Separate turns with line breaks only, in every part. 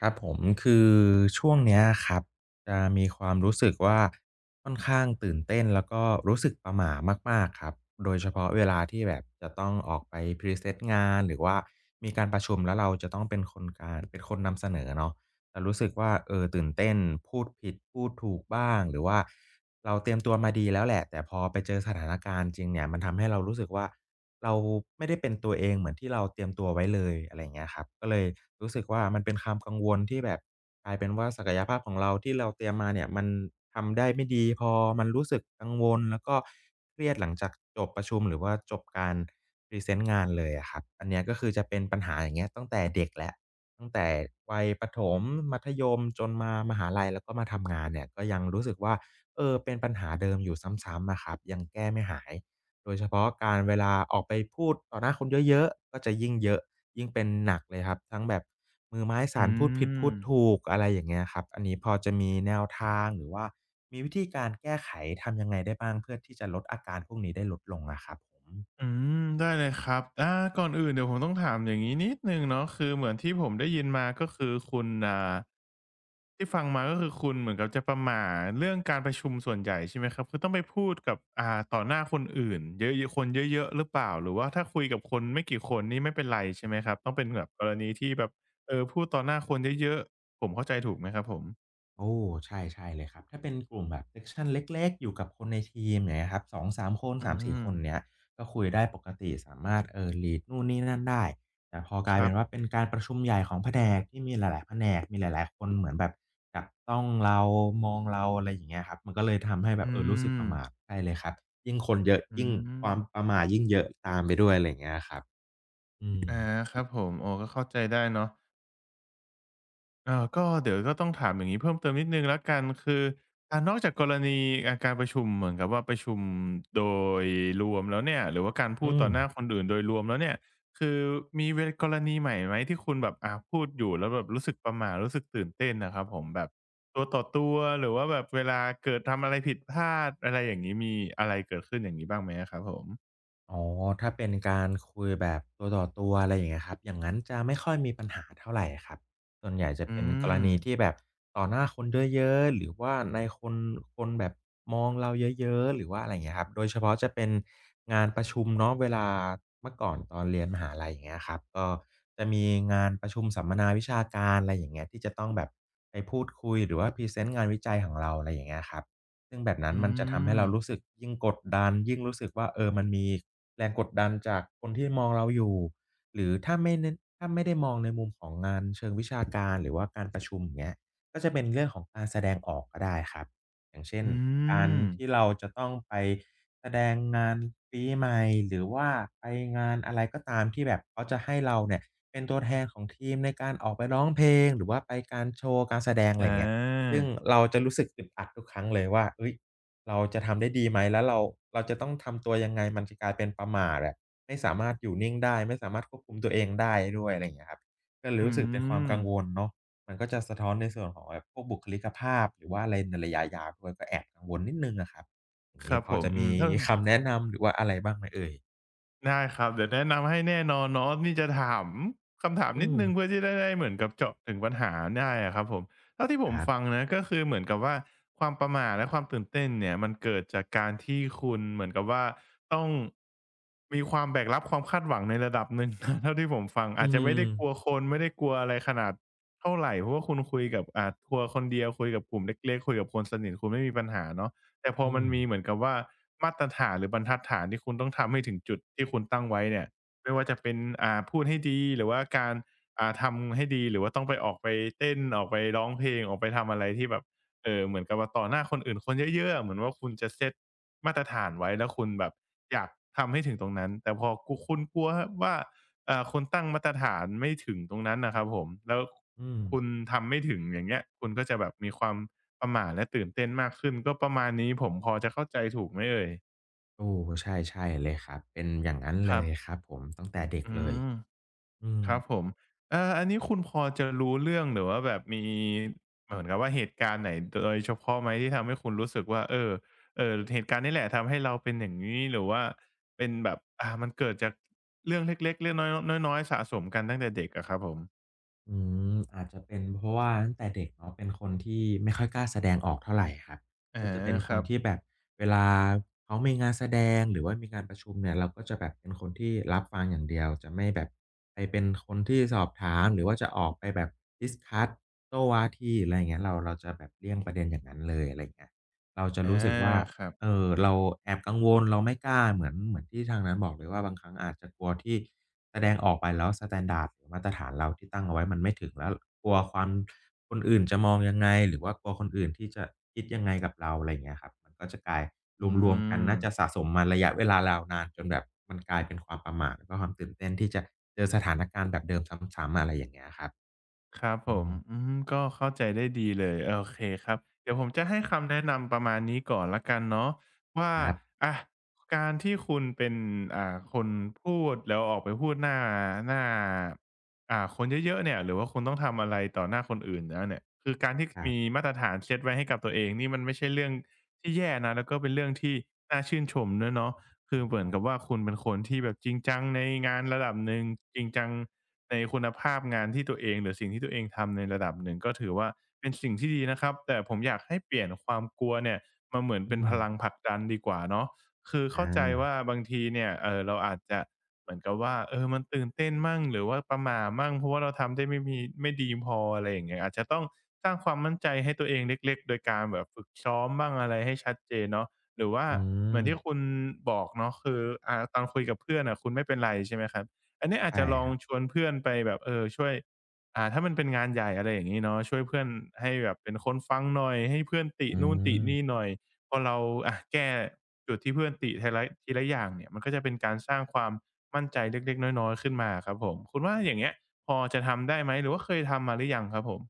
ครับผมคือช่วงเนี้ยครับจะมีความรู้สึกว่าค่อนข้างตื่นเต้นแล้วก็รู้สึกประหม่ามากๆครับโดยเฉพาะเวลาที่แบบจะต้องออกไปพรีเซนต์งานหรือว่ามีการประชุมแล้วเราจะต้องเป็นคนนำเสนอเนาะจะรู้สึกว่าเออตื่นเต้นพูดผิดพูดถูกบ้างหรือว่าเราเตรียมตัวมาดีแล้วแหละแต่พอไปเจอสถานการณ์จริงเนี่ยมันทำให้เรารู้สึกว่า เราไม่ได้เป็นตัวเองเหมือนที่เราเตรียมตัวไว้เลยอะไรอย่างเงี้ยครับก็เลยรู้สึกว่ามันเป็นความกังวลที่แบบกลายเป็นว่าศักยภาพของเราที่เราเตรียมมาเนี่ยมันทำได้ไม่ดีพอมันรู้สึกกังวลแล้วก็เครียดหลังจากจบประชุมหรือว่าจบการพรีเซนต์งานเลยอะครับอันเนี้ยก็คือจะเป็นปัญหาอย่างเงี้ยตั้งแต่เด็กแล้วตั้งแต่วัยประถมมัธยมจนมามหาลัยแล้วก็มาทำงานเนี่ยก็ยังรู้สึกว่าเออเป็นปัญหาเดิมอยู่ซ้ำๆอะครับยังแก้ไม่หาย โดยเฉพาะการเวลาออกไปพูดต่อหน้าคนเยอะๆ ก็จะยิ่งเยอะยิ่งเป็นหนักเลยครับทั้งแบบมือไม้สา
อื
นพูดผิดพู
ม
ดถูกอะไรอย่างเงี้ยครับอันนี้พอจะมีแนวทางหรือว่ามีวิธีการแก้ไขทำยังไงได้บ้างเพื่อที่จะลดอาการพวกนี้ได้ลดลงอะครับผม
อืได้เลยครับก่อนอื่นเดี๋ยวผมต้องถามอย่างนี้นิดนึงเนาะคือเหมือนที่ผมได้ยินมาก็คือคุณที่ฟังมาก็คือคุณเหมือนกับจะประหม่าเรื่องการประชุมส่วนใหญ่ใช่ไหมครับ คือต้องไปพูดกับต่อหน้าคนอื่นเยอะๆคนเยอะๆหรือเปล่า หรือว่าถ้าคุยกับคนไม่กี่คนนี่ไม่เป็นไรใช่ไหมครับ ต้องเป็นแบบกรณีที่แบบพูดต่อหน้าคนเยอะๆผมเข้าใจถูกไหมครับผม
โอ้ใช่ใช่เลยครับถ้าเป็นกลุ่มแบบ section เล็กๆอยู่กับคนในทีมอย่างเงี้ยครับ2-3คน
อื
3-4ค
ม
นเงี้ยก็คุยได้ปกติสามารถลีดนู่นนี่นั่นได้แต่พอก
ค
ลาย
รั
เป็น
บ
ว่าเป็นการประชุมใหญ่ของแผนกที่มีหลายๆแผนกมีหลายๆคนเหมือนแบบจับต้องเรามองเราอะไรอย่างเงี้ยครับมันก็เลยทำให้แบบ
อื
รู้สึกป
ม
ระหม่าใช่เลยครับยิ่งคนเยอะ
อื
ยิ่งค
ม
วามประหม่ายิ่งเยอะตามไปด้วยอะไรอย่างเงี้ยครับอืม
อาครับผมโอ้ก็เข้าใจได้เนาะ ก็เดี๋ยวก็ต้องถามอย่างงี้เพิ่มเติมนิดหนึ่งแล้วกันคือนอกจากกรณีการประชุมเหมือนกับว่าประชุมโดยรวมแล้วเนี่ยหรือว่าการพูด
อื
ต่
ม
อหน้าคนอื่นโดยรวมแล้วเนี่ยคือมีกรณีใหม่ไหมที่คุณแบบพูดอยู่แล้วแบบรู้สึกประหม่ารู้สึกตื่นเต้นน่ะครับผมแบบตัวต่อตัวหรือว่าแบบเวลาเกิดทำอะไรผิดพลาดอะไรอย่างงี้มีอะไรเกิดขึ้นอย่างงี้บ้างไหมอะครับผม
อ๋อถ้าเป็นการคุยแบบตัวต่อตัวอะไรอย่างเงี้ยครับอย่างงั้นจะไม่ค่อยมีปัญหาเท่าไรครับส่วนใหญ่จะ
อื
เป็นกร
ม
ณีที่แบบต่อหน้าคนเยอะๆหรือว่าในคนคนแบบมองเราเยอะๆหรือว่าอะไรอย่างเงี้ยครับโดยเฉพาะจะเป็นงานประชุมเนาะเวลาเมื่อก่อนตอนเรียนมหาลัยอย่างเงี้ยครับก็จะมีงานประชุมสัมมนาวิชาการอะไรอย่างเงี้ยที่จะต้องแบบไปพูดคุยหรือว่าพรีเซนต์งานวิจัยของเราอะไรอย่างเงี้ยครับซึ่งแบบนั้น
อื
มันจะทำให้
ม
เรารู้สึกยิ่งกดดันยิ่งรู้สึกว่าเออมันมี แรงกดดันจากคนที่มองเราอยู่ หรือถ้าไม่เน้นถ้าไม่ได้มองในมุมของงานเชิงวิชาการหรือว่าการประชุมอย่างเงี้ยก็จะเป็นเรื่องของการแสดงออกก็ได้ครับ อย่างเช่น
อื
การ
ม
ที่เราจะต้องไปแสดงงานปีใหม่ หรือว่าไปงานอะไรก็ตามที่แบบเขาจะให้เราเนี่ยเป็นตัวแทนของทีมในการออกไปร้องเพลงหรือว่าไปการโชว์การแสดงอะ
อ
ไรอย่างเงี้ย
า
ซึ่งเราจะรู้สึกอึดอัดทุกครั้งเลยว่าเฮ้ย เราจะทำได้ดีไหมแล้วเราจะต้องทำตัวยังไงมันจะกลายเป็นประหม่าแบบไม่สามารถอยู่นิ่งได้ไม่สามารถควบคุมตัวเองได้ด้วยอะไรอย่างเงี้ยครับก็เลย
อื
รู้สึกเป็นความ
ม
กังวลเนาะมันก็จะสะท้อนในส่วนของแบบพวกบุคลิกภาพหรือว่าอะไรในระยะยาวด้วยก็แอบกังวลนิดหนึ่งอะครับอย่าง
ค
งี้
รับ
พอ
ผม
จะมี
ถ้า
คำแนะนำหรือว่าอะไรบ้างไหมเอ่ย
ได้ครับเดี๋ยวแนะนำให้แน่นอนเนาะนี่จะถามคำถาม
อื
นิดหนึ่งเพื่
ม
อที่จะได้เหมือนกับเจาะถึงปัญหาได้อะครับผมเท่าที่ผ
ค
ม
รั
ฟัง
บ
นะก็คือเหมือนกับว่าความประหม่าและความตื่นเต้นเนี่ยมันเกิดจากการที่คุณเหมือนกับว่าต้องมีความแบกรับความคาดหวังในระดับหนึ่ง นะเท่าที่ผมฟัง
อื
อาจจะ
ม
ไม่ได้กลัวคนไม่ได้กลัวอะไรขนาดเท่าไรเพราะว่าคุณคุยกับทัวร์คนเดียวคุยกับกลุ่มเล็กๆคุยกับคนสนิทคุณไม่มีปัญหาเนาะ แต่พอ
อื
มัน
ม
มีเหมือนกับว่ามาตรฐานหรือบรรทัดฐานที่คุณต้องทำให้ถึงจุดที่คุณตั้งไว้เนี่ยไม่ว่าจะเป็นพูดให้ดีหรือว่าการทำให้ดีหรือว่าต้องไปออกไปเต้นออกไปร้องเพลงออกไปทำอะไรที่แบบเหมือนกับว่าต่อหน้าคนอื่นคนเยอะๆเหมือนว่าคุณจะเซตมาตรฐานไว้แล้วคุณแบบอยากทำให้ถึงตรงนั้นแต่พอคุณกลัวว่าคุณตั้งมาตรฐานไม่ถึงตรงนั้นน่ะครับผมแล้ว
อืม
คุณทำไม่ถึงอย่างเงี้ยคุณก็จะแบบมีความ ประหม่าและตื่นเต้นมากขึ้นก็ประมาณนี้ผมพอจะเข้าใจถูกไหมเอ่ย
โอ้ใช่ๆเลยครับเป็นอย่างงั้น
ค
เล
รั
ยค
บ
รับผมตั้งแต่เด็ก
อื
เลย
ม
อืม
ครับผมอันนี้คุณพอจะรู้เรื่องหรือว่าแบบมีเหมือนกับว่าเหตุการณ์ไหนโดยเฉพาะไหมที่ทำให้คุณรู้สึกว่าเออเหตุการณ์นี่แหละทำให้เราเป็นอย่างงี้หรือว่าเป็นแบบมันเกิดจากเรื่องเล็กๆเรื่องน้อยๆน้อยๆสะสมกันตั้งแต่เด็กอะครับผม
อืมอาจจะเป็นเพราะว่าตั้งแต่เด็กเนาะเป็นคนที่ไม่ค่อยกล้าแสดงออกเท่าไรครับ
อะ
ก็จะเป็น
ค
คน
รับ
ที่แบบเวลาเขามีงานแสดงหรือว่ามีงานประชุมเนี่ยเราก็จะแบบเป็นคนที่รับฟังอย่างเดียวจะไม่แบบไปเป็นคนที่สอบถามหรือว่าจะออกไปแบบดิสคัสโต้วาทีอะไรอย่างเงี้ยเราจะแบบเลี่ยงประเด็นอย่างนั้นเลยอะไรอย่างเงี้ยเราจะ
อา
รู้สึกว่า
ครับ
เราแอบกังวลเราไม่กล้าเหมือนที่ทางนั้นบอกเลยว่าบางครั้งอาจจะกลัวที่ แสดงออกไปแล้วสแตนดาร์ดหรือมาตรฐานเราที่ตั้งเอาไว้มันไม่ถึงแล้วกลัวความคนอื่นจะมองยังไงหรือว่ากลัวคนอื่นที่จะคิดยังไงกับเราอะไรอย่างเงี้ยครับมันก็จะกลาย
อื
รวมๆกัน
ม
น่าจะสะสมมาระยะเวลายาวนานจนแบบมันกลายเป็นความประหม่าแล้วก็ความตื่นเต้นที่จะเจอสถานการณ์แบบเดิมซ้ำๆอะไรอย่างเงี้ยครับ
ครับผ
อื
ม
ม
ก็เข้าใจได้ดีเลยโอเคครับเดี๋ยวผมจะให้คำแนะนำประมาณนี้ก่อนแล้วกันเนาะว่า
คร
อะการที่คุณเป็นคนพูดแล้วออกไปพูดหน้าคนเยอะๆเนี่ยหรือว่าคุณต้องทำอะไรต่อหน้าคนอื่นแล้วเนี่ยคือการที่
ับ
มี
ๆ
มาตรฐานเซตไว้ให้กับตัวเองนี่มันไม่ใช่เรื่องที่แย่นะแล้วก็เป็นเรื่องที่น่าชื่นชมด้วยเนาะคือเหมือนกับว่าคุณเป็นคนที่แบบจริงจังในงานระดับหนึ่งจริงจัง ในคุณภาพงานที่ตัวเองหรือสิ่งที่ตัวเองทำในระดับหนึ่งก็ถือว่าเป็นสิ่งที่ดีนะครับแต่ผมอยากให้เปลี่ยนความกลัวเนี่ยมาเหมือน
อื
เป็น
ม
พลังผลักดันดีกว่าเนาะคือ
อ
เข้าใจ
า
ว่าบางทีเนี่ยเราอาจจะเหมือนกับว่าเออมันตื่นเต้นมั่งหรือว่าประหม่ามั่งเพราะว่าเราทำได้ไม่ดีพออะไรอย่างเงี้ยอาจจะต้องสร้างความมั่นใจให้ตัวเองเล็กๆโดยการแบบฝึกซ้อมบ้างอะไรให้ชัดเจนเนาะหรือว่า
อื
เหมื
ม
อนที่คุณบอกเนาะคือตอนคุยกับเพื่อนอะคุณไม่เป็นไรใช่ไหมครับ อันนี้อาจ
ใช่
จะลอ
ค
ง
รับ
ชวนเพื่อนไปแบบช่วยถ้ามันเป็นงานใหญ่อะไรอย่างงี้เนาะช่วยเพื่อนให้แบบเป็นคนฟังหน่อยให้เพื่อนติ
อื
นู่นตินี่
ม
หน่อยพอเราอะแก้จุดที่เพื่อนติทีละอย่างเนี่ยมันก็จะเป็นการสร้างความมั่นใจเล็กๆน้อยๆขึ้นมาครับผมคุณว่าอย่างเงี้ยพอจะทำได้ไหมหรือว่าเคยทำมาหรือยังครับผม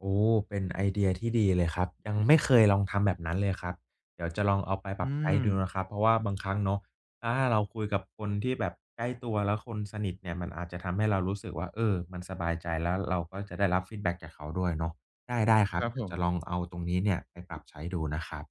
โอ้เป็นไอเดียที่ดีเลยครับยังไม่เคยลองทำแบบนั้นเลยครับเดี๋ยวจะลองเอาไปปรับ
อื
ใช้
ม
ดูนะครับเพราะว่าบางครั้งเนาะถ้าเราคุยกับคนที่แบบใกล้ตัวแล้วคนสนิทเนี่ยมันอาจจะทำให้เรารู้สึกว่าเออมันสบายใจแล้วเราก็จะได้รับฟีดแบ็กจากเขาด้วยเนาะได้ได้ค
ค
รับ
รับ
เดี๋
ผ
ยว
ม
จะลองเอาตรงนี้เนี่ยไปปรับใช้ดูนะครับ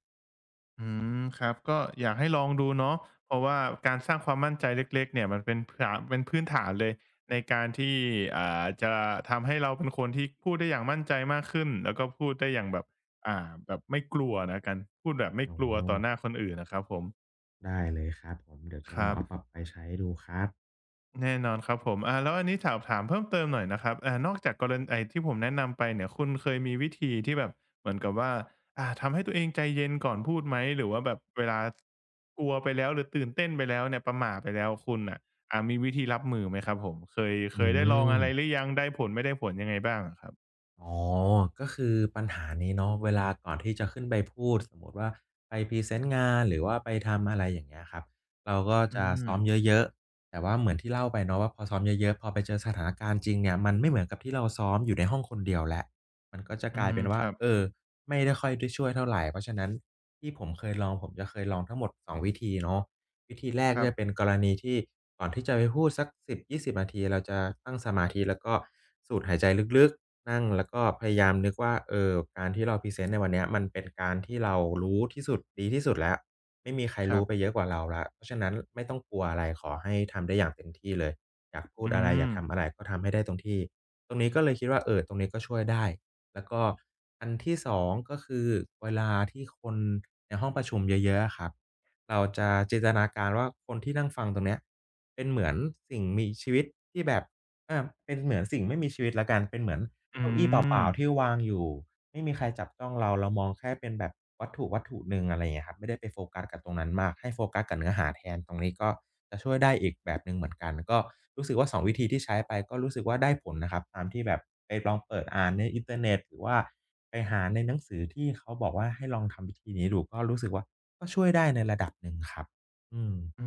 อืมครับก็อยากให้ลองดูเนาะเพราะว่าการสร้างความมั่นใจเล็กๆเนี่ยมันเป็นผาเป็นพื้นฐานเลยในการที่จะทำให้เราเป็นคนที่พูดได้อย่างมั่นใจมากขึ้นแล้วก็พูดได้อย่างแบบอ่าแบบไม่กลัวแล้วกันพูดแบบไม่
อ๋อ
กลัวต่อหน้าคนอื่นอะครับผม
ได้เลยครับผมเดี๋ยวจะ
ค
ลอง
รับ
เอาปรับไปใช้ดูครับ
แน่นอนครับผมแล้วอันนี้ถามเพิ่มเติมหน่อยนะครับนอกจากกรณไอ้ที่ผมแนะนำไปเนี่ยคุณเคยมีวิธีที่แบบเหมือนกับว่า ทำให้ตัวเองใจเย็นก่อนพูดไหม หรือว่าแบบเวลากลัวไปแล้วหรือตื่นเต้นไปแล้วเนี่ยประหม่าไปแล้วคุณน่ะมีวิธีรับมือไหมครับผมเค
อื
ยได้ลอง
ม
อะไรหรือยังได้ผลไม่ได้ผลยังไงบ้างอะครับ
อ๋อ ก็คือปัญหานี้เนาะเวลาก่อนที่จะขึ้นไปพูดสมมุติว่าไปพรีเซนต์งานหรือว่าไปทำอะไรอย่างเงี้ยครับ เราก็
อื
จะ
ม
ซ้อมเยอะๆแต่ว่าเหมือนที่เล่าไปเนาะว่าพอซ้อมเยอะๆ พอไปเจอสถานการณ์จริงเนี่ยมันไม่เหมือนกับที่เราซ้อมอยู่ในห้องคนเดียวแล้วมันก็จะ
อื
กลาย
ม
เป็นว่า
ครับ
เออไม่ได้ค่อยได้ช่วยเท่าไรเพราะฉะนั้นที่ผมเคยลองผมจะเคยลองทั้งหมดสองวิธีเนาะวิธีแรก
ค
ก็
รับ
จะเป็นกรณีที่ก่อนที่จะไปพูดสักสิบยี่สิบนาทีเราจะตั้งสมาธิแล้วก็สูดหายใจลึกๆ นั่งแล้วก็พยายามนึกว่าเออการที่เราพรีเซนต์ในวันเนี้ยมันเป็นการที่เรารู้ที่สุดดีที่สุดแล้วไม่มีใคร
ครั
รู้ไปเย
บ
อะกว่าเราแล้วเพราะฉะนั้นไม่ต้องกลัวอะไรขอให้ทำได้อย่างเต็มที่เลยอยากพูด
อื
อะไรอยาก
ม
ทำอะไรก็ทำให้ได้ตรงที่ตรงนี้ก็เลยคิดว่าตรงนี้ก็ช่วยได้แล้วก็อันที่2ก็คือเวลาที่คนในห้องประชุมเยอะๆอะครับเราจะจินตนาการว่าคนที่นั่งฟังตรงเนี้ยเป็นเหมือนสิ่งมีชีวิตที่แบบอาเป็นเหมือนสิ่งไม่มีชีวิตแล้วกันเป็นเหมือน
อื
เก้าอี้เป
ม
ล่าๆที่วางอยู่ไม่มีใครจับจ้องเราเรามองแค่เป็นแบบวัตถุวัตถุหนึ่งอะไรอย่างเงี้ยครับไม่ได้ไปโฟกัสกับตรงนั้นมากให้โฟกัสกับเนื้อหาแทนตรงนี้ก็จะช่วยได้อีกแบบหนึ่งเหมือนกันก็รู้สึกว่าสองวิธีที่ใช้ไปก็รู้สึกว่าได้ผลนะครับตามที่แบบไปลองเปิดอ่านในอินเทอร์เน็ตหรือว่าไปหาในหนังสือที่เขาบอกว่าให้ลองทำวิธีนี้ดูก็รู้สึกว่าก็ช่วยได้ในระดับหนึ่งครับอืม
อื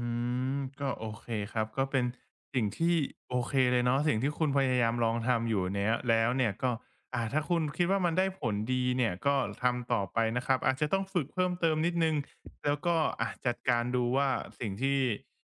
มก็โอเคครับก็เป็นสิ่งที่โอเคเลยเนาะสิ่งที่คุณพยายามลองทำอยู่เนี้ยแล้วเนี่ยก็ถ้าคุณคิดว่ามันได้ผลดีเนี่ยก็ทำต่อไปนะครับอาจจะต้องฝึกเพิ่มเติมนิดหนึ่งแล้วก็อะจัดการดูว่าสิ่งที่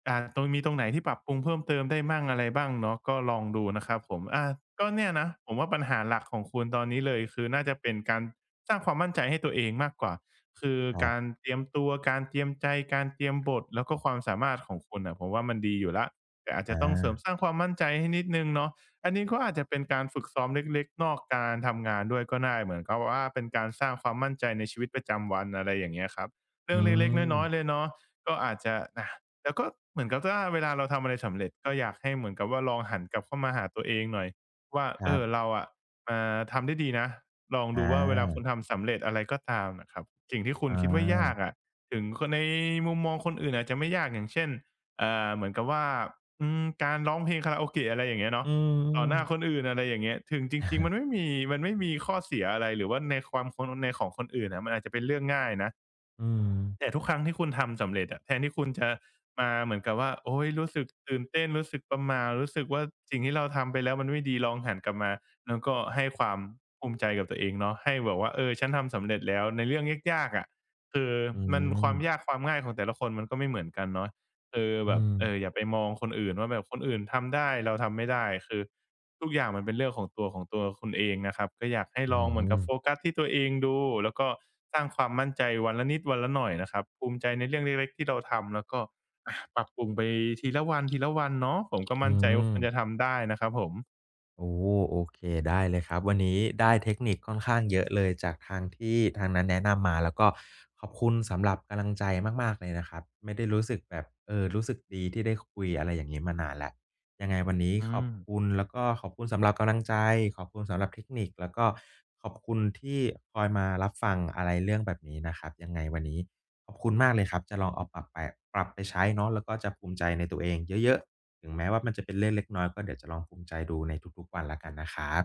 ตรงมีตรงไหนที่ปรับปรุงเพิ่มเติมได้มั่งอะไรบ้างเนาะก็ลองดูนะครับผมก็เนี่ยนะผมว่าปัญหาหลักของคุณตอนนี้เลยคือน่าจะเป็นการ สร้างความมั่นใจให้ตัวเองมากกว่าคือ
ครั
การ
บ
เตรียมตัวการเตรียมใจการเตรียมบทแล้วก็ความสามารถของคุณน่ะผมว่ามันดีอยู่แล้วแต่อาจจะ
อา
ต้องเสริมสร้างความมั่นใจให้นิดหนึ่งเนาะอันนี้ก็อาจจะเป็นการฝึกซ้อมเล็กๆนอกการทำงานด้วยก็ได้เหมือนกับว่าเป็นการสร้างความมั่นใจในชีวิตประจำวันอะไรอย่างเงี้ยครับเรื่
อื
องเล็กๆน้อยๆเล
ม
ยเนาะก็อาจจะอะแล้วก็เหมือนกับว่าเวลาเราทำอะไรสำเร็จก็อยากให้เหมือนกับว่าลองหันกลับเข้ามาหาตัวเองหน่อยว่า
ค
เอ
รั
อ
บ
เราอะทำได้ดีนะ ลองดู
อา
ว่าเวลาคุณทำสำเร็จอะไรก็ตามนะครับสิ่งที่คุ
อ
ณคิดว่ายาก
า
อะถึงคนในมุมมองคนอื่นอาจจะไม่ยากอย่างเช่นเหมือนกับว่าการร้องเพลงคาราโอเกะอะไรอย่างเงี้ย
อื
เนาะต่อหน้าคน
ม
อื่นอะไรอย่างเงี้ยถึงจริงๆมั
ๆ
นไม่มีข้อเสียอะไรหรือว่าในความคนในของคนอื่นอะมันอาจจะเป็นเรื่องง่ายนะ
อืม
แต่ทุกครั้งที่คุณทำสำเร็จอะแทนที่คุณจะมาเหมือนกับว่าโอ๊ยรู้สึกตื่นเต้นรู้สึกประหม่ารู้สึกว่าสิ่งที่เราทำไปแล้วมันไม่ดีลองหันกลับมาแล้วก็ให้ความภูมิใจกับตัวเองเนาะให้แบบว่าเออฉันทำสำเร็จแล้วในเรื่องยากๆอะคือ
อื
มันความยาก
ม
ความง่ายของแต่ละคนมันก็ไม่เหมือนกันเนาะคือแบ
อื
บ
ม
เอออย่าไปมองคนอื่นว่าแบบคนอื่นทำได้เราทำไม่ได้คือ ทุกอย่างมันเป็นเรื่องของตัวคุณเองนะครับก็อยากให้
อื
ลองเห
ม
มือนกับโฟกัสที่ตัวเองดูแล้วก็สร้างความมั่นใจวันละนิดวันละหน่อยนะครับภูมิใจในเรื่องเล็กๆที่เราทำแล้วก็ปรับปรุงไปทีละวันทีละวันเนาะผมก็
อื
มั่นใจว่า
ม
คุณจะทำได้นะครับผม
โอ้โอเคได้เลยครับวันนี้ได้เทคนิคค่อนข้างเยอะเลยจากทางที่ทางนั้นแนะนำมาแล้วก็ขอบคุณสำหรับกำลังใจมากๆเลยนะครับไม่ได้รู้สึกแบบเออรู้สึกดีที่ได้คุยอะไรอย่างงี้มานานแล้วยังไงวันนี้
อื
ขอบ
ม
คุณแล้วก็ขอบคุณสำหรับกำลังใจขอบคุณสำหรับเทคนิคแล้วก็ขอบคุณที่คอยมารับฟังอะไรเรื่องแบบนี้นะครับยังไงวันนี้ขอบคุณมากเลยครับจะลองเอาปรับไปปรับไปใช้เนาะแล้วก็จะภูมิใจในตัวเองเยอะๆ ถึงแม้ว่ามันจะเป็นเรื่องเล็กน้อยก็เดี๋ยวจะลองภูมิใจดูในทุกๆวันแล้วกันนะครับ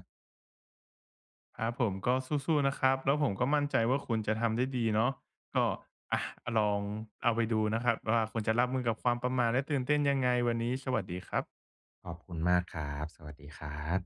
ครับผมก็สู้ๆนะครับแล้วผมก็มั่นใจว่าคุณจะทำได้ดีเนาะก็อะลองเอาไปดูนะครับว่าคุณจะรับมือกับความประหม่าและตื่นเต้นยังไงวันนี้สวัสดีครับ
ขอบคุณมากครับสวัสดีครับ